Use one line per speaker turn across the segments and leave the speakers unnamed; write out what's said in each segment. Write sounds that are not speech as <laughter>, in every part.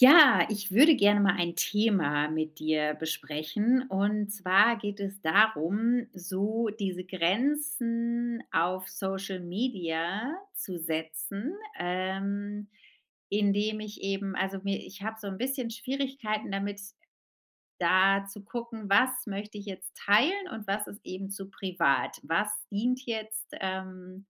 Ja, ich würde gerne mal ein Thema mit dir besprechen. Und zwar geht es darum, so diese Grenzen auf Social Media zu setzen, indem ich eben, also mir, ich habe so ein bisschen Schwierigkeiten damit, da zu gucken, was möchte ich jetzt teilen und was ist eben zu privat. Was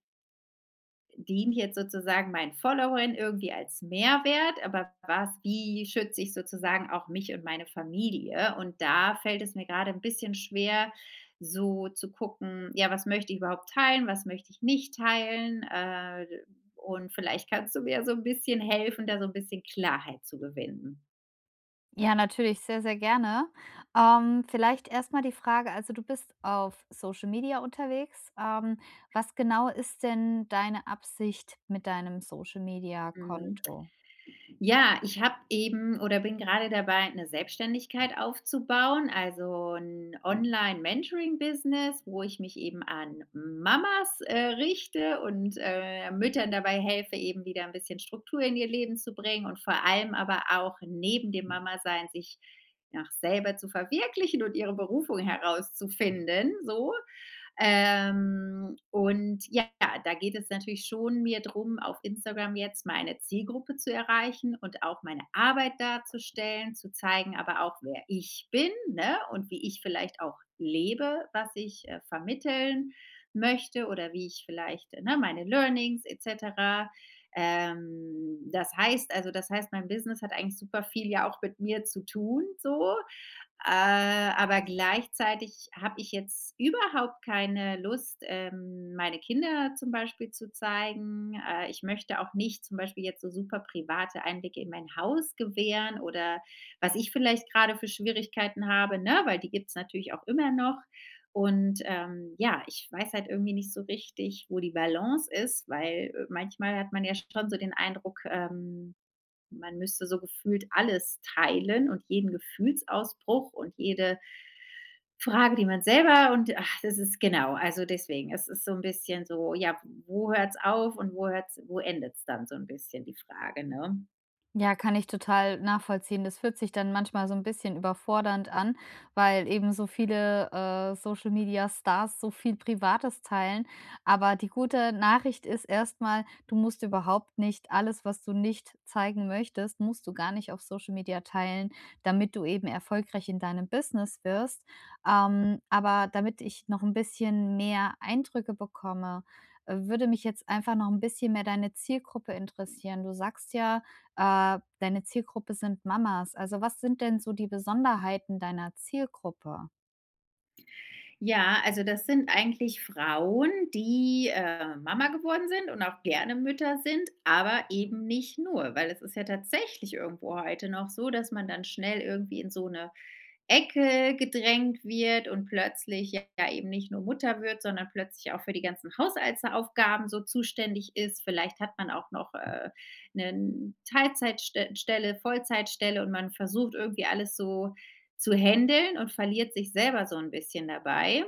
dient jetzt sozusagen meinen Followern irgendwie als Mehrwert, aber was, wie schütze ich sozusagen auch mich und meine Familie? Und da fällt es mir gerade ein bisschen schwer, so zu gucken, ja, was möchte ich überhaupt teilen, was möchte ich nicht teilen? Und vielleicht kannst du mir so ein bisschen helfen, da so ein bisschen Klarheit zu gewinnen.
Ja, natürlich, sehr, sehr gerne. Vielleicht erst mal die Frage, also du bist auf Social Media unterwegs. Was genau ist denn deine Absicht mit deinem Social Media
Mhm.
Konto?
Ja, ich habe eben oder bin gerade dabei, eine Selbstständigkeit aufzubauen, also ein Online-Mentoring-Business, wo ich mich eben an Mamas, richte und, Müttern dabei helfe, eben wieder ein bisschen Struktur in ihr Leben zu bringen und vor allem aber auch neben dem Mama-Sein sich nach selber zu verwirklichen und ihre Berufung herauszufinden, so. Und ja, da geht es natürlich schon mir drum, auf Instagram jetzt meine Zielgruppe zu erreichen und auch meine Arbeit darzustellen, zu zeigen, aber auch wer ich bin, ne, und wie ich vielleicht auch lebe, was ich, vermitteln möchte oder wie ich vielleicht, ne, meine Learnings et cetera. Das heißt, mein Business hat eigentlich super viel ja auch mit mir zu tun so, äh, aber gleichzeitig habe ich jetzt überhaupt keine Lust, meine Kinder zum Beispiel zu zeigen. Ich möchte auch nicht zum Beispiel jetzt so super private Einblicke in mein Haus gewähren oder was ich vielleicht gerade für Schwierigkeiten habe, ne? Weil die gibt's natürlich auch immer noch. Und ja, ich weiß halt irgendwie nicht so richtig, wo die Balance ist, weil manchmal hat man ja schon so den Eindruck, man müsste so gefühlt alles teilen und jeden Gefühlsausbruch und jede Frage, die man selber und ach, das ist genau, also deswegen, es ist so ein bisschen so, ja, wo hört's auf und wo endet's dann so ein bisschen die Frage, ne?
Ja, kann ich total nachvollziehen. Das fühlt sich dann manchmal so ein bisschen überfordernd an, weil eben so viele, Social Media Stars so viel Privates teilen. Aber die gute Nachricht ist erstmal, du musst überhaupt nicht alles, was du nicht zeigen möchtest, musst du gar nicht auf Social Media teilen, damit du eben erfolgreich in deinem Business wirst. Aber damit ich noch ein bisschen mehr Eindrücke bekomme, würde mich jetzt einfach noch ein bisschen mehr deine Zielgruppe interessieren. Du sagst ja, deine Zielgruppe sind Mamas. Also, was sind denn so die Besonderheiten deiner Zielgruppe?
Ja, also das sind eigentlich Frauen, die, Mama geworden sind und auch gerne Mütter sind, aber eben nicht nur, weil es ist ja tatsächlich irgendwo heute noch so, dass man dann schnell irgendwie in so eine Ecke gedrängt wird und plötzlich ja eben nicht nur Mutter wird, sondern plötzlich auch für die ganzen Haushaltsaufgaben so zuständig ist. Vielleicht hat man auch noch, 'nen Teilzeitste Vollzeitstelle und man versucht irgendwie alles so zu händeln und verliert sich selber so ein bisschen dabei.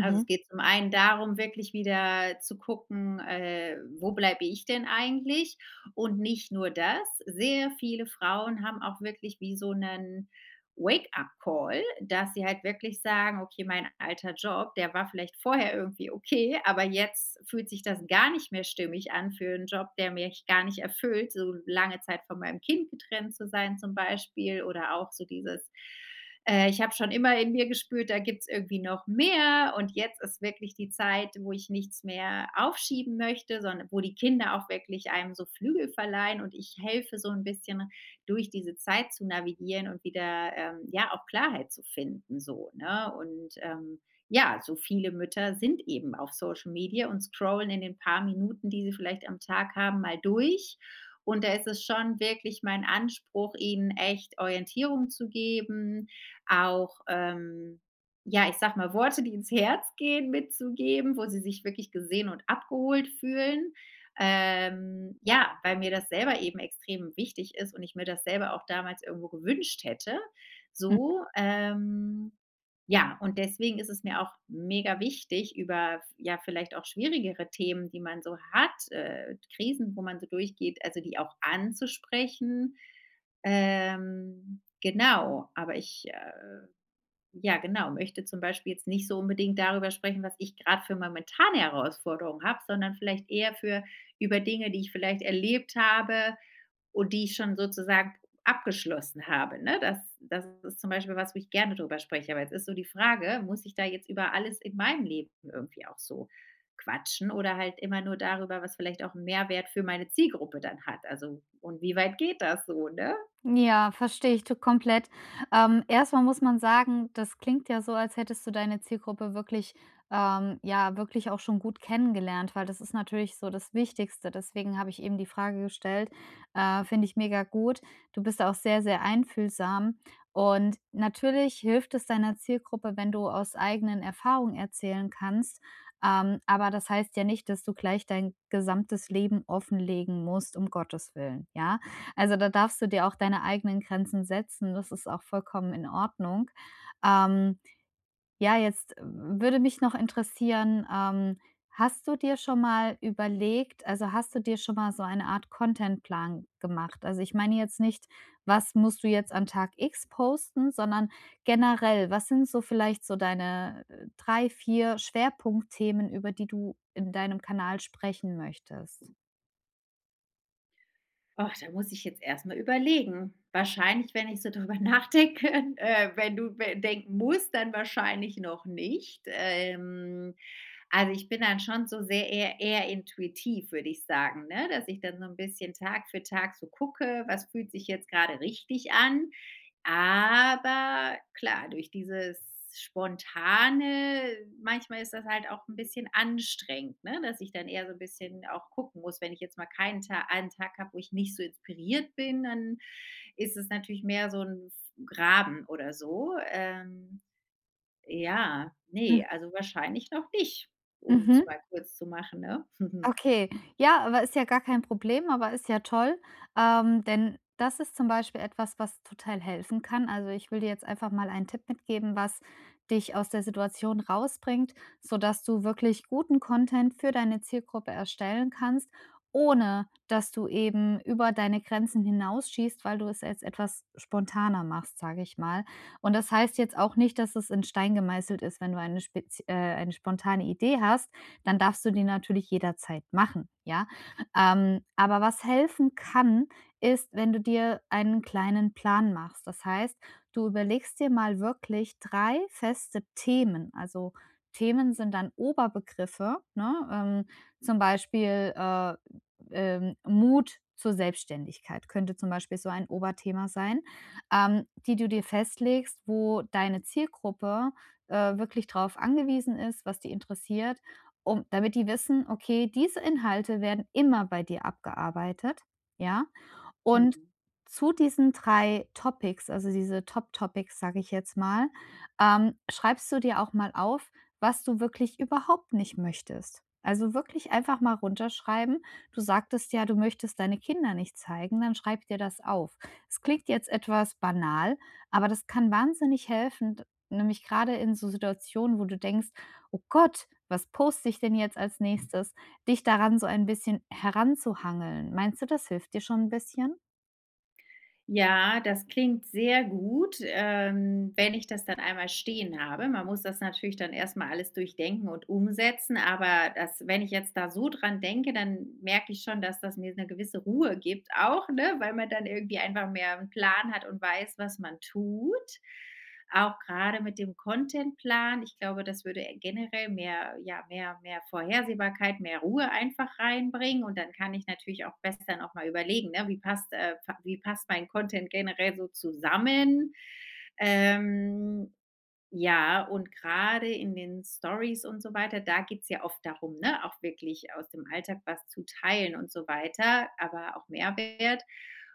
Also, es geht zum einen darum, wirklich wieder zu gucken, wo bleibe ich denn eigentlich? Und nicht nur das, sehr viele Frauen haben auch wirklich wie so einen Wake-up-Call, dass sie halt wirklich sagen: „Okay, mein alter Job, der war vielleicht vorher irgendwie okay, aber jetzt fühlt sich das gar nicht mehr stimmig an für einen Job, der mich gar nicht erfüllt, so lange Zeit von meinem Kind getrennt zu sein“ zum Beispiel oder auch so dieses, ich habe schon immer in mir gespürt, da gibt's irgendwie noch mehr und jetzt ist wirklich die Zeit, wo ich nichts mehr aufschieben möchte, sondern wo die Kinder auch wirklich einem so Flügel verleihen und ich helfe so ein bisschen durch diese Zeit zu navigieren und wieder, ja, auch Klarheit zu finden so, ne? Und, ja, so viele Mütter sind eben auf Social Media und scrollen in den paar Minuten, die sie vielleicht am Tag haben, mal durch. Und da ist es schon wirklich mein Anspruch, ihnen echt Orientierung zu geben, auch, ja, ich sag mal, Worte, die ins Herz gehen, mitzugeben, wo sie sich wirklich gesehen und abgeholt fühlen. Ja, weil mir das selber eben extrem wichtig ist und ich mir das selber auch damals irgendwo gewünscht hätte. So, ja, und deswegen ist es mir auch mega wichtig, über ja vielleicht auch schwierigere Themen, die man so hat, Krisen, wo man so durchgeht, also die auch anzusprechen. Genau, aber ich ja, genau, möchte zum Beispiel jetzt nicht so unbedingt darüber sprechen, was ich gerade für momentane Herausforderungen habe, sondern vielleicht eher für über Dinge, die ich vielleicht erlebt habe und die ich schon sozusagen abgeschlossen habe, ne? Das ist zum Beispiel was, wo ich gerne drüber spreche. Aber jetzt ist so die Frage, muss ich da jetzt über alles in meinem Leben irgendwie auch so quatschen oder halt immer nur darüber, was vielleicht auch 'n Mehrwert für meine Zielgruppe dann hat? Also, und wie weit geht das so, ne?
Ja, verstehe ich to komplett. Erst muss man sagen, das klingt ja so, als hättest du deine Zielgruppe wirklich ja, wirklich auch schon gut kennengelernt, weil das ist natürlich so das Wichtigste. Deswegen habe ich eben die Frage gestellt, finde ich mega gut. Du bist auch sehr, sehr einfühlsam und natürlich hilft es deiner Zielgruppe, wenn du aus eigenen Erfahrungen erzählen kannst, aber das heißt ja nicht, dass du gleich dein gesamtes Leben offenlegen musst, um Gottes Willen, ja? Also, da darfst du dir auch deine eigenen Grenzen setzen. Das ist auch vollkommen in Ordnung. Ähm, ja, jetzt würde mich noch interessieren, hast du dir schon mal hast du dir schon mal so eine Art Contentplan gemacht? Also, ich meine jetzt nicht, was musst du jetzt an Tag X posten, sondern generell, was sind so vielleicht so deine 3, 4 Schwerpunktthemen, über die du in deinem Kanal sprechen möchtest?
Ach, da muss ich jetzt erst mal überlegen. Wahrscheinlich, wenn ich so drüber nachdenke, <laughs> wenn du we denken musst, dann wahrscheinlich noch nicht. Also, ich bin dann schon so sehr eher intuitiv, würde ich sagen, ne? Dass ich dann so ein bisschen Tag für Tag so gucke, was fühlt sich jetzt gerade richtig an. Aber klar, durch dieses Spontane manchmal ist das halt auch ein bisschen anstrengend, ne, dass ich dann eher so ein bisschen auch gucken muss. Wenn ich jetzt mal keinen Ta einen Tag habe, wo ich nicht so inspiriert bin, dann ist es natürlich mehr so ein Graben oder so. Ja,
Hm,
ne, also wahrscheinlich noch nicht, um es
mhm.
mal kurz zu machen, ne? <laughs>
Okay, ja, aber ist ja gar kein Problem, aber ist ja toll, denn das ist zum Beispiel etwas, was total helfen kann. Also, ich will dir jetzt einfach mal einen Tipp mitgeben, was dich aus der Situation rausbringt, sodass du wirklich guten Content für deine Zielgruppe erstellen kannst, ohne dass du eben über deine Grenzen hinausschießt, weil du es als etwas spontaner machst, sage ich mal. Und das heißt jetzt auch nicht, dass es in Stein gemeißelt ist, wenn du eine spez eine spontane Idee hast, dann darfst du die natürlich jederzeit machen, ja. Aber was helfen kann, ist, wenn du dir einen kleinen Plan machst. Das heißt, du überlegst dir mal wirklich 3 feste Themen. Also, Themen sind dann Oberbegriffe, ne? Zum Beispiel, Mut zur Selbstständigkeit könnte zum Beispiel so ein Oberthema sein, die du dir festlegst, wo deine Zielgruppe, wirklich drauf angewiesen ist, was die interessiert, um damit die wissen: „Okay, diese Inhalte werden immer bei dir abgearbeitet“, ja? Und
Mhm.
zu diesen 3 Topics, also diese Top-Topics, sage ich jetzt mal, schreibst du dir auch mal auf, was du wirklich überhaupt nicht möchtest. Also wirklich einfach mal runterschreiben. Du sagtest ja, du möchtest deine Kinder nicht zeigen, dann schreib dir das auf. Es klingt jetzt etwas banal, aber das kann wahnsinnig helfen, d nämlich gerade in so Situationen, wo du denkst: „Oh Gott, was poste ich denn jetzt als Nächstes?“ Dich daran so ein bisschen heranzuhangeln. Meinst du, das hilft dir schon ein bisschen?
Ja, das klingt sehr gut, wenn ich das dann einmal stehen habe. Man muss das natürlich dann erst mal alles durchdenken und umsetzen, aber das wenn ich jetzt da so dran denke, dann merke ich schon, dass das mir eine gewisse Ruhe gibt auch, ne, weil man dann irgendwie einfach mehr einen Plan hat und weiß, was man tut. Auch gerade mit dem Contentplan, ich glaube, das würde generell mehr ja, mehr Vorhersehbarkeit, mehr Ruhe einfach reinbringen und dann kann ich natürlich auch besser noch mal überlegen, ne, wie passt, pa wie passt mein Content generell so zusammen? Ähm ja, und gerade in den Stories und so weiter, da geht's ja oft darum, ne, auch wirklich aus dem Alltag was zu teilen und so weiter, aber auch Mehrwert.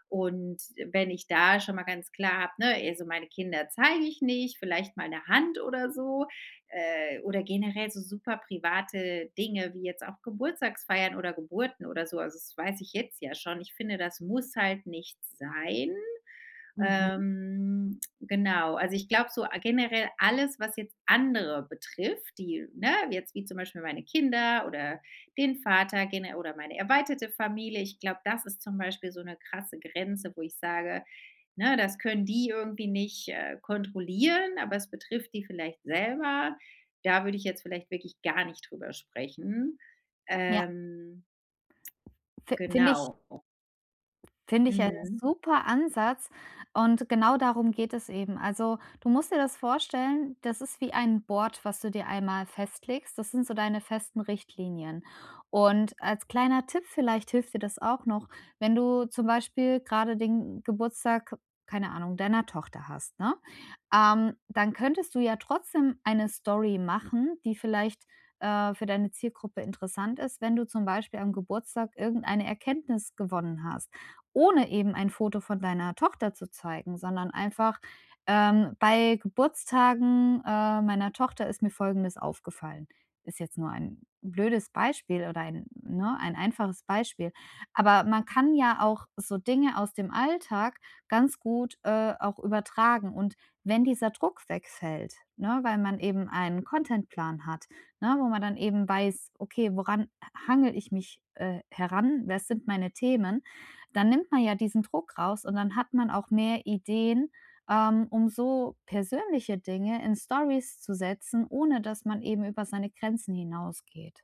Und wenn ich da schon mal ganz klar habe, ne, also meine Kinder zeige ich nicht, vielleicht mal eine Hand oder so, oder generell so super private Dinge wie jetzt auch Geburtstagsfeiern oder Geburten oder so. Also, das weiß ich jetzt ja schon. Ich finde, das muss halt nicht sein.
Mhm.
Genau, also ich glaube so generell alles, was jetzt andere betrifft, die ne, jetzt wie zum Beispiel meine Kinder oder den Vater gene oder meine erweiterte Familie. Ich glaube, das ist zum Beispiel so eine krasse Grenze, wo ich sage, ne, das können die irgendwie nicht, kontrollieren, aber es betrifft die vielleicht selber. Da würde ich jetzt vielleicht wirklich gar nicht drüber sprechen.
Ja,
Ähm,
fi finde ich
genau.
finde ich einen
Mhm.
super Ansatz und genau darum geht es eben. Also, du musst dir das vorstellen, das ist wie ein Board, was du dir einmal festlegst. Das sind so deine festen Richtlinien. Und als kleiner Tipp vielleicht hilft dir das auch noch, wenn du zum Beispiel gerade den Geburtstag, keine Ahnung, deiner Tochter hast, ne? Dann könntest du ja trotzdem eine Story machen, die vielleicht, für deine Zielgruppe interessant ist, wenn du zum Beispiel am Geburtstag irgendeine Erkenntnis gewonnen hast, ohne eben ein Foto von deiner Tochter zu zeigen, sondern einfach, „Bei Geburtstagen, meiner Tochter ist mir Folgendes aufgefallen.“ Ist jetzt nur ein blödes Beispiel oder ein einfaches Beispiel. Aber man kann ja auch so Dinge aus dem Alltag ganz gut, auch übertragen und wenn dieser Druck wegfällt, ne, weil man eben einen Contentplan hat, ne, wo man dann eben weiß, okay, woran hangel ich mich, heran? Was sind meine Themen? Dann nimmt man ja diesen Druck raus und dann hat man auch mehr Ideen, um so persönliche Dinge in Stories zu setzen, ohne dass man eben über seine Grenzen hinausgeht.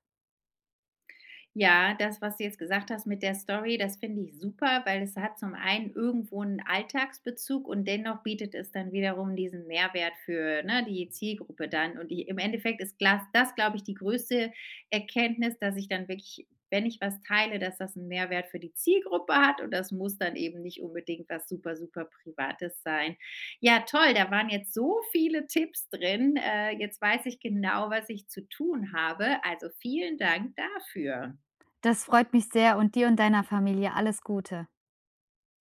Ja, das, was du jetzt gesagt hast mit der Story, das finde ich super, weil es hat zum einen irgendwo einen Alltagsbezug und dennoch bietet es dann wiederum diesen Mehrwert für, ne, die Zielgruppe dann. Und die im Endeffekt ist glas das, glaube ich, die größte Erkenntnis, dass ich dann wirklich, wenn ich was teile, dass das einen Mehrwert für die Zielgruppe hat und das muss dann eben nicht unbedingt was super, super Privates sein. Ja, toll, da waren jetzt so viele Tipps drin. Jetzt weiß ich genau, was ich zu tun habe. Also, vielen Dank dafür.
Das freut mich sehr und dir und deiner Familie alles Gute.